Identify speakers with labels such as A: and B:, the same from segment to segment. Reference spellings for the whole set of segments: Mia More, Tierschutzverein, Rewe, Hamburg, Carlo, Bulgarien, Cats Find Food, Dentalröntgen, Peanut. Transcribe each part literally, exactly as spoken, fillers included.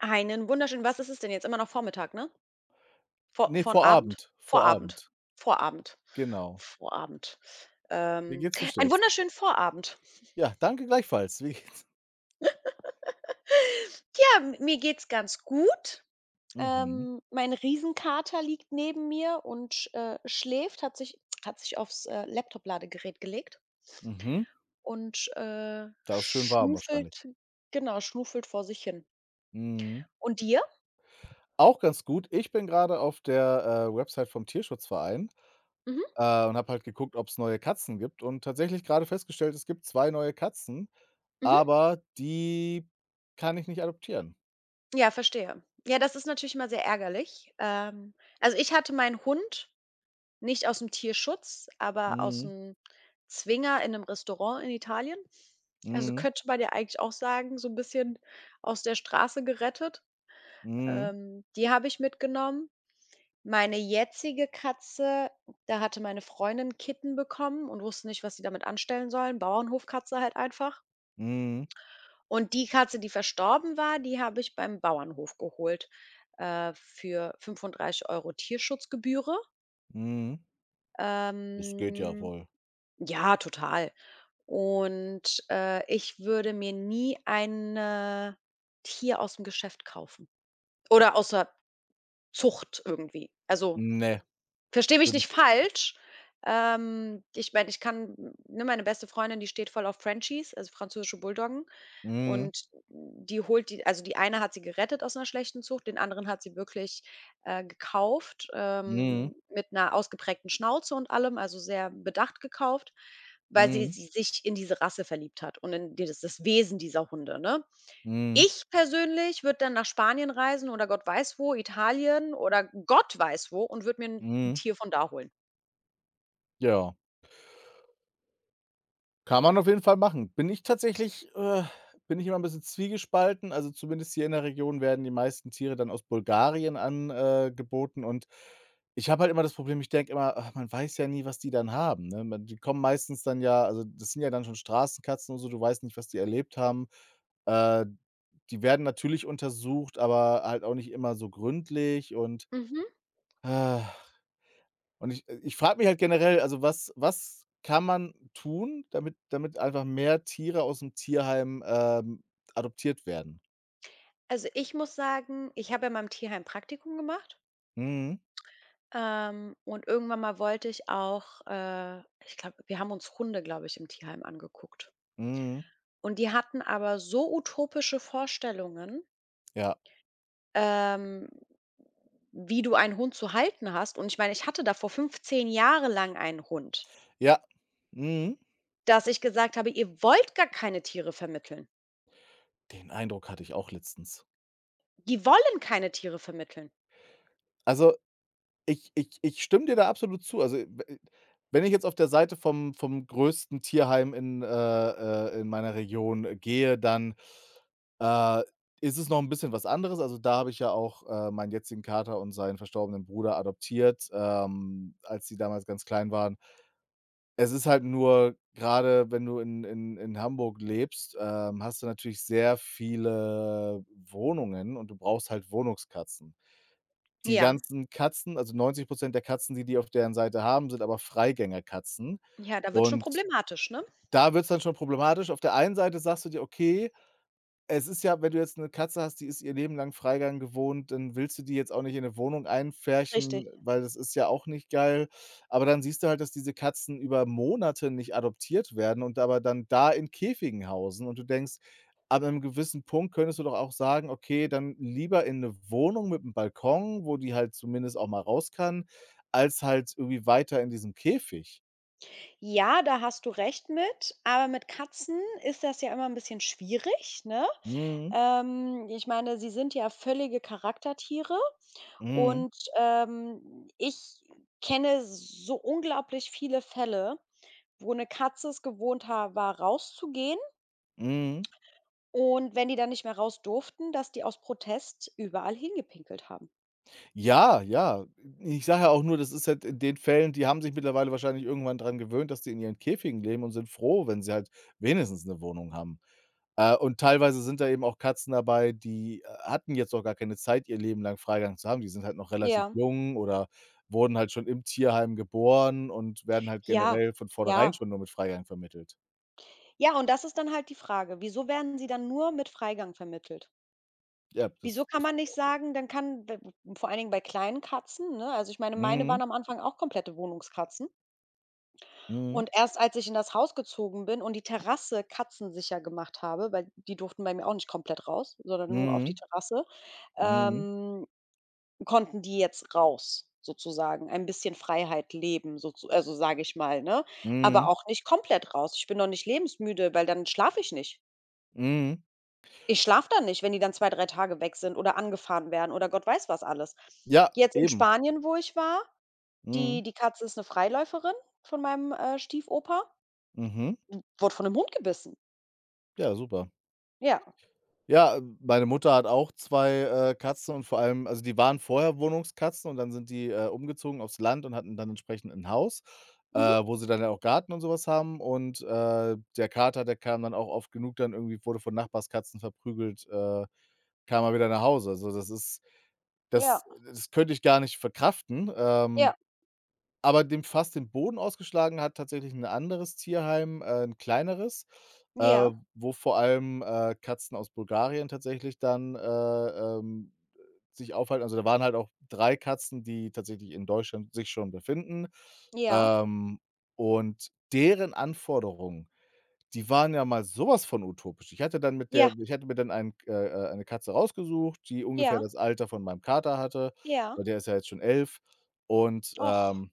A: Einen wunderschönen, was ist es denn jetzt? Immer noch Vormittag, ne? Vor
B: Ne,
A: von
B: vor
A: Abend?
B: Abend vor
A: Vorabend.
B: Abend,
A: Vorabend.
B: genau.
A: Vorabend.
B: Wie
A: Ähm,
B: geht's, wie
A: einen
B: steht's?
A: wunderschönen Vorabend.
B: Ja, danke gleichfalls. Wie geht's?
A: Ja, m mir geht's ganz gut.
B: Mhm,
A: Ähm, mein Riesenkater liegt neben mir und, äh, schläft, hat sich hat sich aufs, äh, Laptop-Ladegerät gelegt
B: mhm.
A: und, äh,
B: Da ist schön warm wahrscheinlich.
A: schnuffelt, genau, schnuffelt vor sich hin.
B: Mhm.
A: Und dir?
B: Auch ganz gut. Ich bin grade auf der, äh, Website vom Tierschutzverein,
A: Mhm,
B: äh, und habe halt geguckt, ob's neue Katzen gibt und tatsächlich grade festgestellt, es gibt zwei neue Katzen,
A: mhm.
B: aber die kann ich nicht adoptieren.
A: Ja, verstehe. Ja, das ist natürlich immer sehr ärgerlich. Ähm, also ich hatte meinen Hund nicht aus dem Tierschutz, aber aus
B: Mhm,
A: aus'm Zwinger in einem Restaurant in Italien. Also
B: mhm,
A: könnte man ja eigentlich auch sagen, so ein bisschen aus der Straße gerettet.
B: mhm,
A: Ähm, die habe ich mitgenommen. Meine jetzige Katze, da hatte meine Freundin Kitten bekommen und wusste nicht, was sie damit anstellen sollen. Bauernhofkatze halt einfach.
B: mhm,
A: Und die Katze, die verstorben war, die habe ich beim Bauernhof geholt, äh, für fünfunddreißig Euro Tierschutzgebühre.
B: mhm. Das geht ja
A: Ähm,
B: wohl.
A: ja, total. Und, äh, ich würde mir nie ein, äh, Tier aus dem Geschäft kaufen oder außer Zucht irgendwie. Also
B: Ne,
A: verstehe mich
B: würde
A: nicht
B: ich.
A: falsch. Ähm, ich meine, ich kann, ne, meine beste Freundin, die steht voll auf Frenchies, also französische Bulldoggen.
B: Mhm,
A: Und die holt die, also die eine hat sie gerettet aus einer schlechten Zucht, den anderen hat sie wirklich, äh, gekauft,
B: mhm,
A: ähm, mit einer ausgeprägten Schnauze und allem, also sehr bedacht gekauft, weil sie
B: mhm,
A: sie sich in diese Rasse verliebt hat und in dieses, das Wesen dieser Hunde, ne?
B: mhm.
A: Ich persönlich würde dann nach Spanien reisen oder Gott weiß wo, Italien oder Gott weiß wo und würde mir 'n
B: Mhm.
A: Tier von da holen.
B: Ja, kann man auf jeden Fall machen. Bin ich tatsächlich äh, bin ich immer ein bisschen zwiegespalten. Also, zumindest hier in der Region werden die meisten Tiere dann aus Bulgarien angeboten äh, geboten und ich habe halt immer das Problem, ich denke immer: „Ach, man weiß ja nie, was die dann haben", ne? Man Die kommen meistens dann ja, also, das sind ja dann schon Straßenkatzen und so, du weißt nicht, was die erlebt haben. Äh, Die werden natürlich untersucht, aber halt auch nicht immer so gründlich, und
A: Mhm.
B: äh, und ich äh, ich frage mich halt generell, also, was was kann man tun, damit damit einfach mehr Tiere aus dem Tierheim, ähm, adoptiert werden?
A: Also, ich muss sagen, ich habe ja in meinem Tierheim Praktikum gemacht,
B: Mhm,
A: ähm, und irgendwann mal wollte ich auch, äh ich glaube, wir haben uns Hunde, glaube ich, im Tierheim angeguckt.
B: mhm,
A: Und die hatten aber so utopische Vorstellungen,
B: ja,
A: ähm, wie du einen Hund zu halten hast. Und ich meine, ich hatte davor fünfzehn Jahre lang einen Hund.
B: ja, mhm.
A: Dass ich gesagt habe: „Ihr wollt gar keine Tiere vermitteln.
B: Den Eindruck hatte ich auch letztens.
A: Die wollen keine Tiere vermitteln.“
B: Also, Ich ich ich stimme dir da absolut zu. Also, we wenn ich jetzt auf der Seite vom vom größten Tierheim in, äh, äh in meiner Region, äh, gehe, dann, äh, ist es noch ein bisschen was anderes. Also, da habe ich ja auch, äh, meinen jetzigen Kater und seinen verstorbenen Bruder adoptiert, ähm, als die damals ganz klein waren. Es ist halt nur gerade, wenn du in in in Hamburg lebst, ähm, hast du natürlich sehr viele Wohnungen und du brauchst halt Wohnungskatzen. Die
A: Ja,
B: ganzen Katzen, also neunzig der Katzen, die die auf deren Seite haben, sind aber Freigängerkatzen.
A: ja, da wird schon
B: Und
A: problematisch, ne?
B: da wird's dann schon problematisch. Auf der einen Seite sagst du dir: „Okay, es ist ja, wenn du jetzt 'ne Katze hast, die ist ihr Leben lang Freigang gewohnt, dann willst du die jetzt auch nicht in 'ne Wohnung
A: Richtig.
B: einpferchen, weil das ist ja auch nicht geil. Aber dann siehst du halt, dass diese Katzen über Monate nicht adoptiert werden und aber dann da in Käfigen hausen und du denkst, ab 'nem gewissen Punkt könntest du doch auch sagen: „Okay, dann lieber in 'ne Wohnung mit 'm Balkon, wo die halt zumindest auch mal raus kann, als halt irgendwie weiter in diesem Käfig."
A: Ja, da hast du recht mit, aber mit Katzen ist das ja immer ein bisschen schwierig, ne?
B: Mhm,
A: Ähm, ich meine, sie sind ja völlige Charaktertiere.
B: mhm,
A: Und, ähm, ich kenne so unglaublich viele Fälle, wo eine Katze es gewohnt ha war, rauszugehen
B: mhm.
A: und wenn die dann nicht mehr raus durften, dass die aus Protest überall hingepinkelt haben.
B: Ja, ja. Ich sage ja auch nur, das ist halt in den Fällen, die haben sich mittlerweile wahrscheinlich irgendwann dran gewöhnt, dass die in ihren Käfigen leben und sind froh, wenn sie halt wenigstens 'ne Wohnung haben. Äh, und teilweise sind da eben auch Katzen dabei, die, äh, hatten jetzt auch gar keine Zeit, ihr Leben lang Freigang zu haben. Die sind halt noch relativ
A: Ja.
B: jung oder wurden halt schon im Tierheim geboren und werden halt
A: Ja,
B: generell von vornherein
A: ja.
B: schon nur mit Freigang vermittelt.
A: Ja, und das ist dann halt die Frage: Wieso werden sie dann nur mit Freigang vermittelt?
B: Ja,
A: Wieso
B: das
A: kann
B: das
A: man
B: ist
A: nicht
B: auch ge.
A: sagen, dann kann w w vor allen Dingen bei kleinen Katzen, ne? Also, ich meine, meine waren
B: Mhm,
A: am Anfang auch komplette Wohnungskatzen.
B: mhm,
A: Und erst als ich in das Haus gezogen bin und die Terrasse katzensicher gemacht habe, weil die durften bei mir auch nicht komplett raus, sondern nur auf die
B: mhm,
A: Terrasse,
B: mhm,
A: ähm, konnten die jetzt raus sozusagen, ein bisschen Freiheit leben, so, also, sage ich mal, ne? Aber
B: mhm,
A: auch nicht komplett raus. Ich bin noch nicht lebensmüde, weil dann schlafe ich nicht.
B: mhm.
A: Ich schlafe dann nicht, wenn die dann zwei drei Tage weg sind oder angefahren werden oder Gott weiß was alles.
B: Ja,
A: Jetzt in
B: eben.
A: Spanien, wo ich war, die
B: Mhm,
A: die Katze ist eine Freiläuferin von meinem, äh, Stiefoper,
B: mhm.
A: wurde von 'nem Hund gebissen.
B: Ja, super.
A: Ja.
B: Ja, meine Mutter hat auch zwei äh, Katzen und vor allem, also, die waren vorher Wohnungskatzen und dann sind die, äh, umgezogen aufs Land und hatten dann entsprechend ein Haus, äh,
A: Mhm.
B: wo sie dann ja auch Garten und sowas haben, und, äh, der Kater, der kam dann auch oft genug dann irgendwie, wurde von Nachbarskatzen verprügelt, äh, kam er wieder nach Hause. Also, das ist das
A: Ja,
B: das könnte ich gar nicht verkraften, ähm
A: ja,
B: aber dem fast den Boden ausgeschlagen hat tatsächlich 'n anderes Tierheim, äh, 'n kleineres, äh,
A: ja,
B: wo vor allem, äh, Katzen aus Bulgarien tatsächlich dann, äh, ähm, sich aufhalten. Also, da waren halt auch drei Katzen, die tatsächlich in Deutschland sich schon befinden.
A: ja,
B: Ähm, und deren Anforderungen, die waren ja mal so was von utopisch. Ich hatte dann mit
A: ja,
B: der ich hatte mir dann einen äh, äh, eine Katze rausgesucht, die ungefähr
A: ja,
B: das Alter von meinem Kater hatte,
A: ja.
B: weil der ist ja jetzt schon elf und,
A: Och,
B: ähm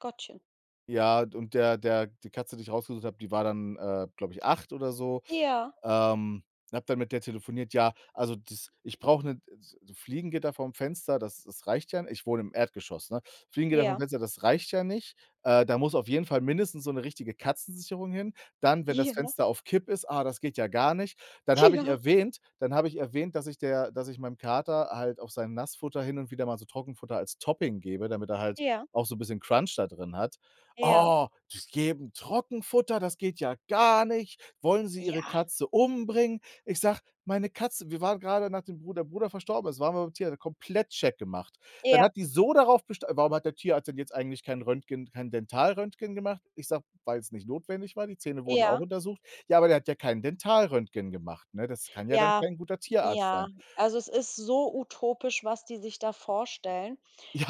A: Gottchen.
B: ja, und der der die Katze, die ich rausgesucht habe, die war dann, äh, glaube ich, acht oder so.
A: Ja,
B: Ähm, Habe dann mit der telefoniert. Ja, also das ich brauche 'ne s so Fliegengitter vorm Fenster, das das reicht ja, ich wohne im Erdgeschoss, ne? Fliegengitter vorm
A: ja,
B: Fenster, das reicht ja nicht. Äh, da muss auf jeden Fall mindestens so 'ne richtige Katzensicherung hin. Dann, wenn
A: ja,
B: das Fenster auf Kipp ist, ah, das geht ja gar nicht. Dann habe ich erwähnt dann habe ich erwähnt, dass ich der dass ich meinem Kater halt auf sein Nassfutter hin und wieder mal so Trockenfutter als Topping gebe, damit er halt
A: ja,
B: auch so 'n bisschen Crunch da drin hat.
A: ja, ja,
B: Oh, die geben Trockenfutter, das geht ja gar nicht. Wollen sie ihre
A: ja,
B: Katze umbringen? Ich sage: „Meine Katze", wir waren grade, nachdem Bru der Bruder verstorben ist, waren wir beim Tierarzt, komplett check gemacht. Dann hat die so darauf besta „Warum hat der Tierarzt denn jetzt eigentlich kein Röntgen, kein Dentalröntgen gemacht?" Ich sage: „Weil's nicht notwendig war, die Zähne
A: ja,
B: wurden auch
A: ja,
B: untersucht." „Ja, aber der hat ja kein Dentalröntgen gemacht, ne? Das kann ja dann
A: ja,
B: kein guter Tierarzt
A: ja.
B: sein."
A: Also, es ist so utopisch, was die sich da vorstellen.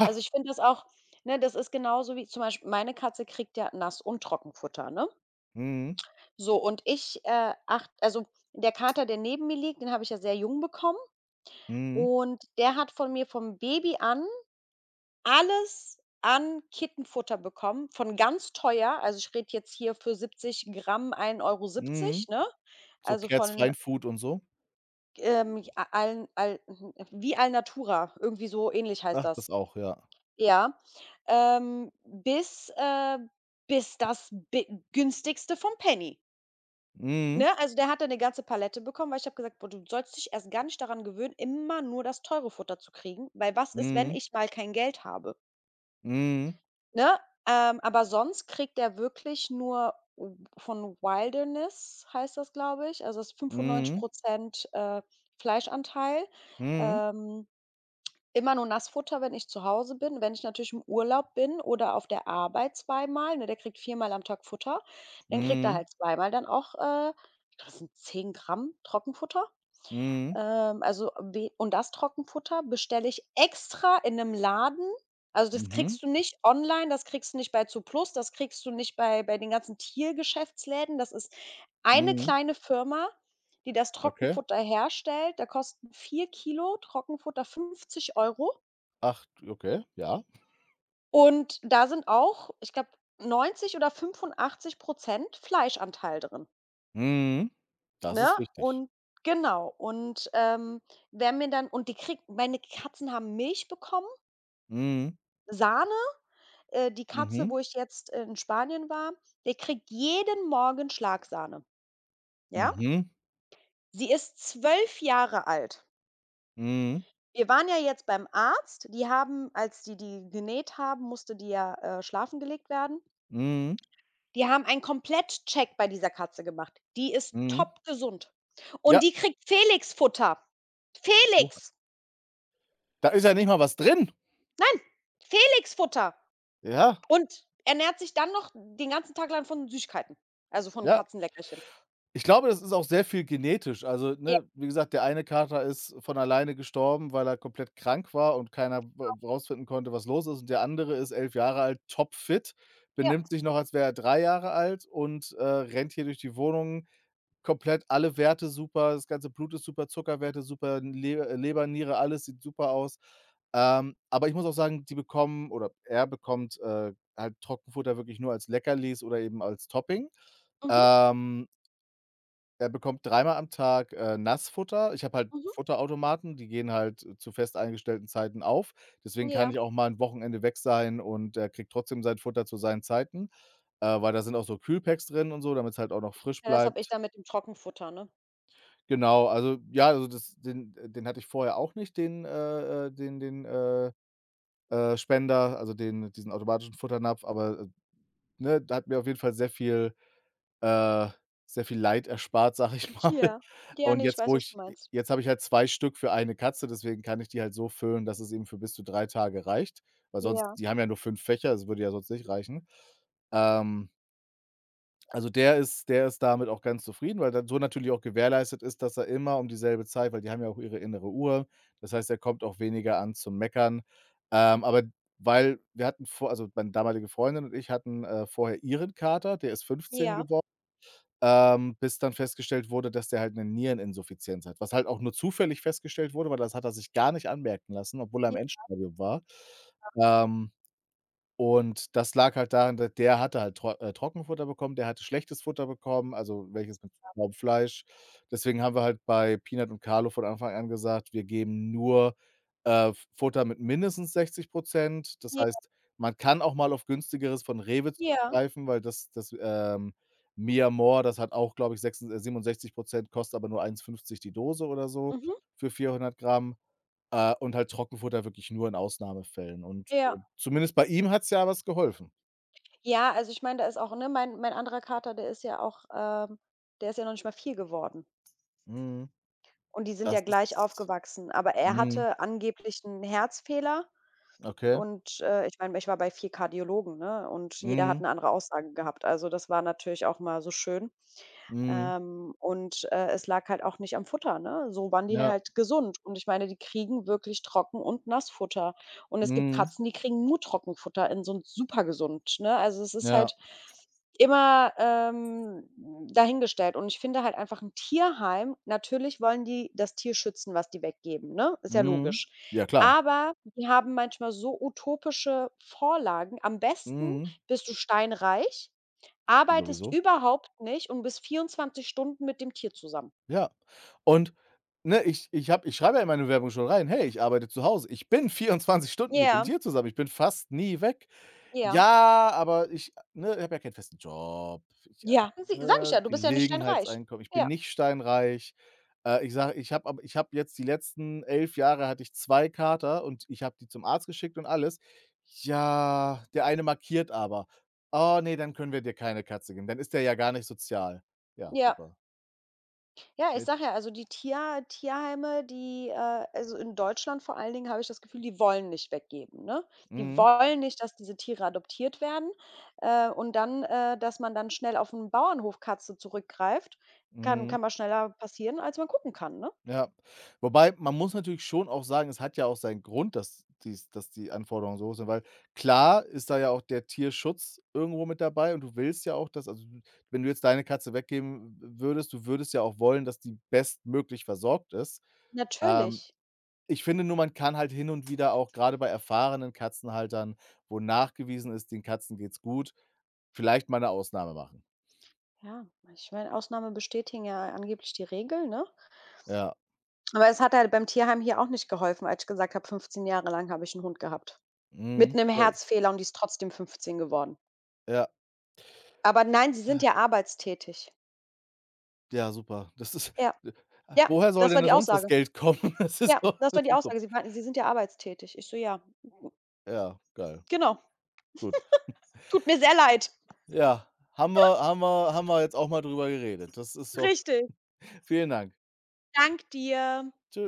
A: Also, ich finde das auch, ne, das ist genauso wie zum Beispiel meine Katze kriegt ja Nass und Trockenfutter, ne?
B: mhm,
A: So, und ich, äh, acht also, der Kater, der neben mir liegt, den habe ich ja sehr jung bekommen
B: mhm,
A: und der hat von mir vom Baby an alles an Kittenfutter bekommen, von ganz teuer. Also, ich rede jetzt hier für siebzig Gramm g Euro siebzig,
B: mhm.
A: ne?
B: So
A: Also,
B: Cats
A: von,
B: Find Food und so.
A: ähm, a Al Al wie Alnatura, irgendwie so ähnlich heißt
B: Macht
A: das.
B: das auch, ja.
A: Ja, ähm, bis, äh bis das bi günstigste vom Penny,
B: Mhm,
A: ne? Also, der hat dann eine ganze Palette bekommen, weil ich habe gesagt: „Boah, du sollst dich erst gar nicht daran gewöhnen, immer nur das teure Futter zu kriegen, weil was ist, wenn
B: mhm.
A: ich mal kein Geld habe?“
B: Mhm.
A: Ne? Ähm, aber sonst kriegt er wirklich nur w von Wilderness heißt das, glaube ich. Also, es ist fünfundneunzig,
B: Mhm.
A: äh, Fleischanteil.
B: Mhm.
A: Ähm, immer nur Nassfutter, wenn ich zu Hause bin. Wenn ich natürlich im Urlaub bin oder auf der Arbeit zweimal, ne, der kriegt viermal am Tag Futter, dann kriegt er
B: Mhm.
A: halt zweimal dann auch, äh, ich glaube, das sind zehn Gramm Trockenfutter.
B: Mhm.
A: Ähm, also, we und das Trockenfutter bestelle ich extra in einem Laden. Also, das
B: Mhm.
A: kriegst du nicht online, das kriegst du nicht bei Zooplus, das kriegst du nicht bei bei den ganzen Tiergeschäftsläden. Das ist eine
B: Mhm.
A: kleine Firma, die das
B: Okay.
A: Trockenfutter herstellt. Da kosten vier Kilo Trockenfutter fünfzig Euro.
B: Ach, okay, ja.
A: Und da sind auch, ich glaube, neunzig oder fünfundachtzig Prozent Fleischanteil drin.
B: Mhm. Das
A: Ne?
B: ist wichtig.
A: Und genau. Und, ähm, wenn mir dann, und die kriegt, meine Katzen haben Milch bekommen,
B: Mhm.
A: Sahne. Äh, die Katze,
B: Mhm.
A: wo ich jetzt äh, in Spanien war, die kriegt jeden Morgen Schlagsahne, ja?
B: Mhm.
A: Sie ist zwölf Jahre alt.
B: Mhm.
A: Wir waren ja jetzt beim Arzt. Die haben, als die die genäht haben, musste die ja, äh, schlafen gelegt werden.
B: Mhm.
A: Die haben einen Komplettcheck bei dieser Katze gemacht. Die ist
B: Mhm.
A: top gesund. Und
B: Ja,
A: die kriegt Felix-Futter. Felix!
B: da ist ja nicht mal was drin.
A: Nein, Felixfutter,
B: Ja,
A: und ernährt sich dann noch den ganzen Tag lang von Süßigkeiten, also von
B: ja.
A: Katzenleckerchen.
B: Ich glaube, das ist auch sehr viel genetisch. Also,
A: Ja,
B: ne, wie gesagt, der eine Kater ist von alleine gestorben, weil er komplett krank war und keiner w rausfinden konnte, was los ist. Und der andere ist elf Jahre alt, topfit,
A: ja,
B: benimmt sich noch, als wäre er drei Jahre alt und, äh, rennt hier durch die Wohnung, komplett alle Werte super, das ganze Blut ist super, Zuckerwerte super, Le äh, Leber, Niere, alles sieht super aus. Ähm, aber ich muss auch sagen, die bekommen, oder er bekommt, äh, halt Trockenfutter wirklich nur als Leckerlis oder eben als Topping.
A: mhm,
B: Ähm Er bekommt dreimal am Tag, äh, Nassfutter. Ich habe halt
A: mhm,
B: Futterautomaten, die gehen halt äh, zu fest eingestellten Zeiten auf. Deswegen kann
A: ja.
B: ich auch mal 'n Wochenende weg sein und er kriegt trotzdem sein Futter zu seinen Zeiten, äh, weil da sind auch so Kühlpacks drin und so, damit's halt auch noch frisch
A: Ja, das habe ich
B: bleibt.
A: dann mit dem Trockenfutter, ne?
B: Genau, also ja, also das den äh, den hatte ich vorher auch nicht, den äh, äh, den den, äh, äh, Spender, also den diesen automatischen Futternapf, aber, äh, ne, da hat mir auf jeden Fall sehr viel, äh, sehr viel Leid erspart, sage ich mal.
A: Ja, ja,
B: Und
A: ne, ich
B: jetzt,
A: weiß,
B: wo
A: was du
B: ich
A: meinst.
B: Jetzt habe ich halt zwei Stück für eine Katze, deswegen kann ich die halt so füllen, dass es eben für bis zu drei Tage reicht, weil sonst,
A: Ja,
B: die haben ja nur fünf Fächer, das würde ja sonst nicht reichen. Ähm, also der ist der ist damit auch ganz zufrieden, weil dann so natürlich auch gewährleistet ist, dass er immer um dieselbe Zeit, weil die haben ja auch ihre innere Uhr. Das heißt, er kommt auch weniger an zum Meckern. Ähm, aber weil wir hatten vor also meine damalige Freundin und ich hatten, äh, vorher ihren Kater, der ist fünfzehn
A: ja,
B: geworden, ähm, bis dann festgestellt wurde, dass der halt 'ne Niereninsuffizienz hat, was halt auch nur zufällig festgestellt wurde, weil das hat er sich gar nicht anmerken lassen, obwohl er
A: j
B: im Endstadium war. Ähm und das lag halt daran, da der hatte halt tro äh, Trockenfutter bekommen, der hatte schlechtes Futter bekommen, also welches mit Raubfleisch. Deswegen haben wir halt bei Peanut und Carlo von Anfang an gesagt, wir geben nur, äh, F Futter mit mindestens sechzig. Das
A: ja,
B: heißt, man kann auch mal auf günstigeres von Rewe
A: ja,
B: zurückgreifen, weil das das, ähm, Mia More, das hat auch, glaube ich, sechsund äh, siebenundsechzig, kostet aber nur eins fünfzig die Dose oder so
A: mhm,
B: für vierhundert Gramm. Äh, und halt Trockenfutter wirklich nur in Ausnahmefällen und,
A: ja.
B: äh, zumindest bei ihm hat's ja was geholfen.
A: Ja, also ich meine, da ist auch, ne, mein mein anderer Kater, der ist ja auch, ähm der ist ja noch nicht mal vier geworden,
B: Mhm.
A: und die sind ja
B: Das
A: gleich
B: ist
A: aufgewachsen, aber er
B: mhm,
A: hatte angeblich 'n Herzfehler.
B: okay.
A: Und, äh, ich meine, ich war bei vier Kardiologen, ne, und jeder hat
B: Mhm,
A: eine andere Aussage gehabt. Also, das war natürlich auch mal so schön.
B: mhm,
A: Ähm, und, äh, es lag halt auch nicht am Futter, ne? So waren die
B: ja,
A: halt gesund. Und ich meine, die kriegen wirklich Trocken und Nassfutter. Und es gibt
B: mhm,
A: Katzen, die kriegen nur Trockenfutter, in so 'n supergesund, ne? Also, es ist halt
B: ja,
A: immer, ähm, dahingestellt. Und ich finde halt einfach, ein Tierheim, natürlich wollen die das Tier schützen, was die weggeben, ne? Ist ja
B: mhm.
A: logisch.
B: Ja, klar,
A: Aber die haben manchmal so utopische Vorlagen. Am besten
B: mhm,
A: bist du steinreich, arbeitest
B: sowieso.
A: überhaupt nicht und bist vierundzwanzig Stunden mit dem Tier zusammen.
B: Ja. Und, ne, ich ich habe ich schreibe ja in meine Bewerbung schon rein: „Hey, ich arbeite zu Hause." Ich bin vierundzwanzig Stunden mit dem
A: Ja,
B: Tier zusammen. Ich bin fast nie weg.
A: ja.
B: Ja, aber ich ne, ich habe ja keinen festen Job. Ich, äh,
A: Ja, si sage ich
B: ne,
A: ja, du bist ja nicht steinreich.
B: Gelegenheitseinkommen. Ich bin
A: Ja.
B: nicht steinreich. Äh, ich sage, ich habe ich habe jetzt die letzten elf Jahre hatte ich zwei Kater und ich habe die zum Arzt geschickt und alles. Ja, der eine markiert aber. „Oh nee, dann können wir dir keine Katze geben. Dann ist der ja gar nicht sozial." Ja,
A: Ja.
B: super.
A: Ja, ich sage ja,
B: Jetzt
A: also die Tier Tierheime, die, äh also in Deutschland vor allen Dingen, habe ich das Gefühl, die wollen nicht weggeben, ne? Die
B: mhm,
A: wollen nicht, dass diese Tiere adoptiert werden, äh, und dann, äh dass man dann schnell auf 'n Bauernhof Katze zurückgreift, kann
B: mhm.
A: kann mal schneller passieren, als man gucken kann, ne?
B: Ja. Wobei, man muss natürlich schon auch sagen, es hat ja auch seinen Grund, dass dies dass die Anforderungen so hoch sind, weil klar ist da ja auch der Tierschutz irgendwo mit dabei und du willst ja auch, dass, also, du- wenn du jetzt deine Katze weggeben würdest, du würdest ja auch wollen, dass die bestmöglich versorgt ist. Ähm,
A: Natürlich.
B: Ich finde nur, man kann halt hin und wieder, auch gerade bei erfahrenen Katzenhaltern, wo nachgewiesen ist, den Katzen geht's gut, vielleicht mal eine Ausnahme machen.
A: Ja, ich meine, Ausnahmen bestätigen ja angeblich die Regel, ne?
B: Ja.
A: Aber es hat halt beim Tierheim hier auch nicht geholfen, als ich gesagt habe, fünfzehn Jahre lang habe ich 'n Hund gehabt. Mit
B: Mhm.
A: 'nem
B: Ja,
A: Herzfehler, und die ist trotzdem fünfzehn geworden.
B: ja.
A: Aber nein, sie sind ja arbeitstätig.
B: Ja, super. Das ist
A: Ja,
B: äh,
A: ja,
B: Woher soll
A: das
B: denn
A: war
B: da
A: die
B: sonst das
A: Aussage.
B: Geld kommen? Das ist
A: Ja,
B: so,
A: das war
B: das
A: die
B: ist so
A: Aussage. Sie meinten, sie sind ja arbeitstätig. Ich so: „Ja,
B: ja, geil,
A: genau.
B: gut.
A: Tut mir sehr leid.“
B: Ja, haben wir haben wir haben wir jetzt auch mal drüber geredet. Das ist doch
A: Richtig.
B: Vielen Dank.
A: Danke dir.
B: Tschü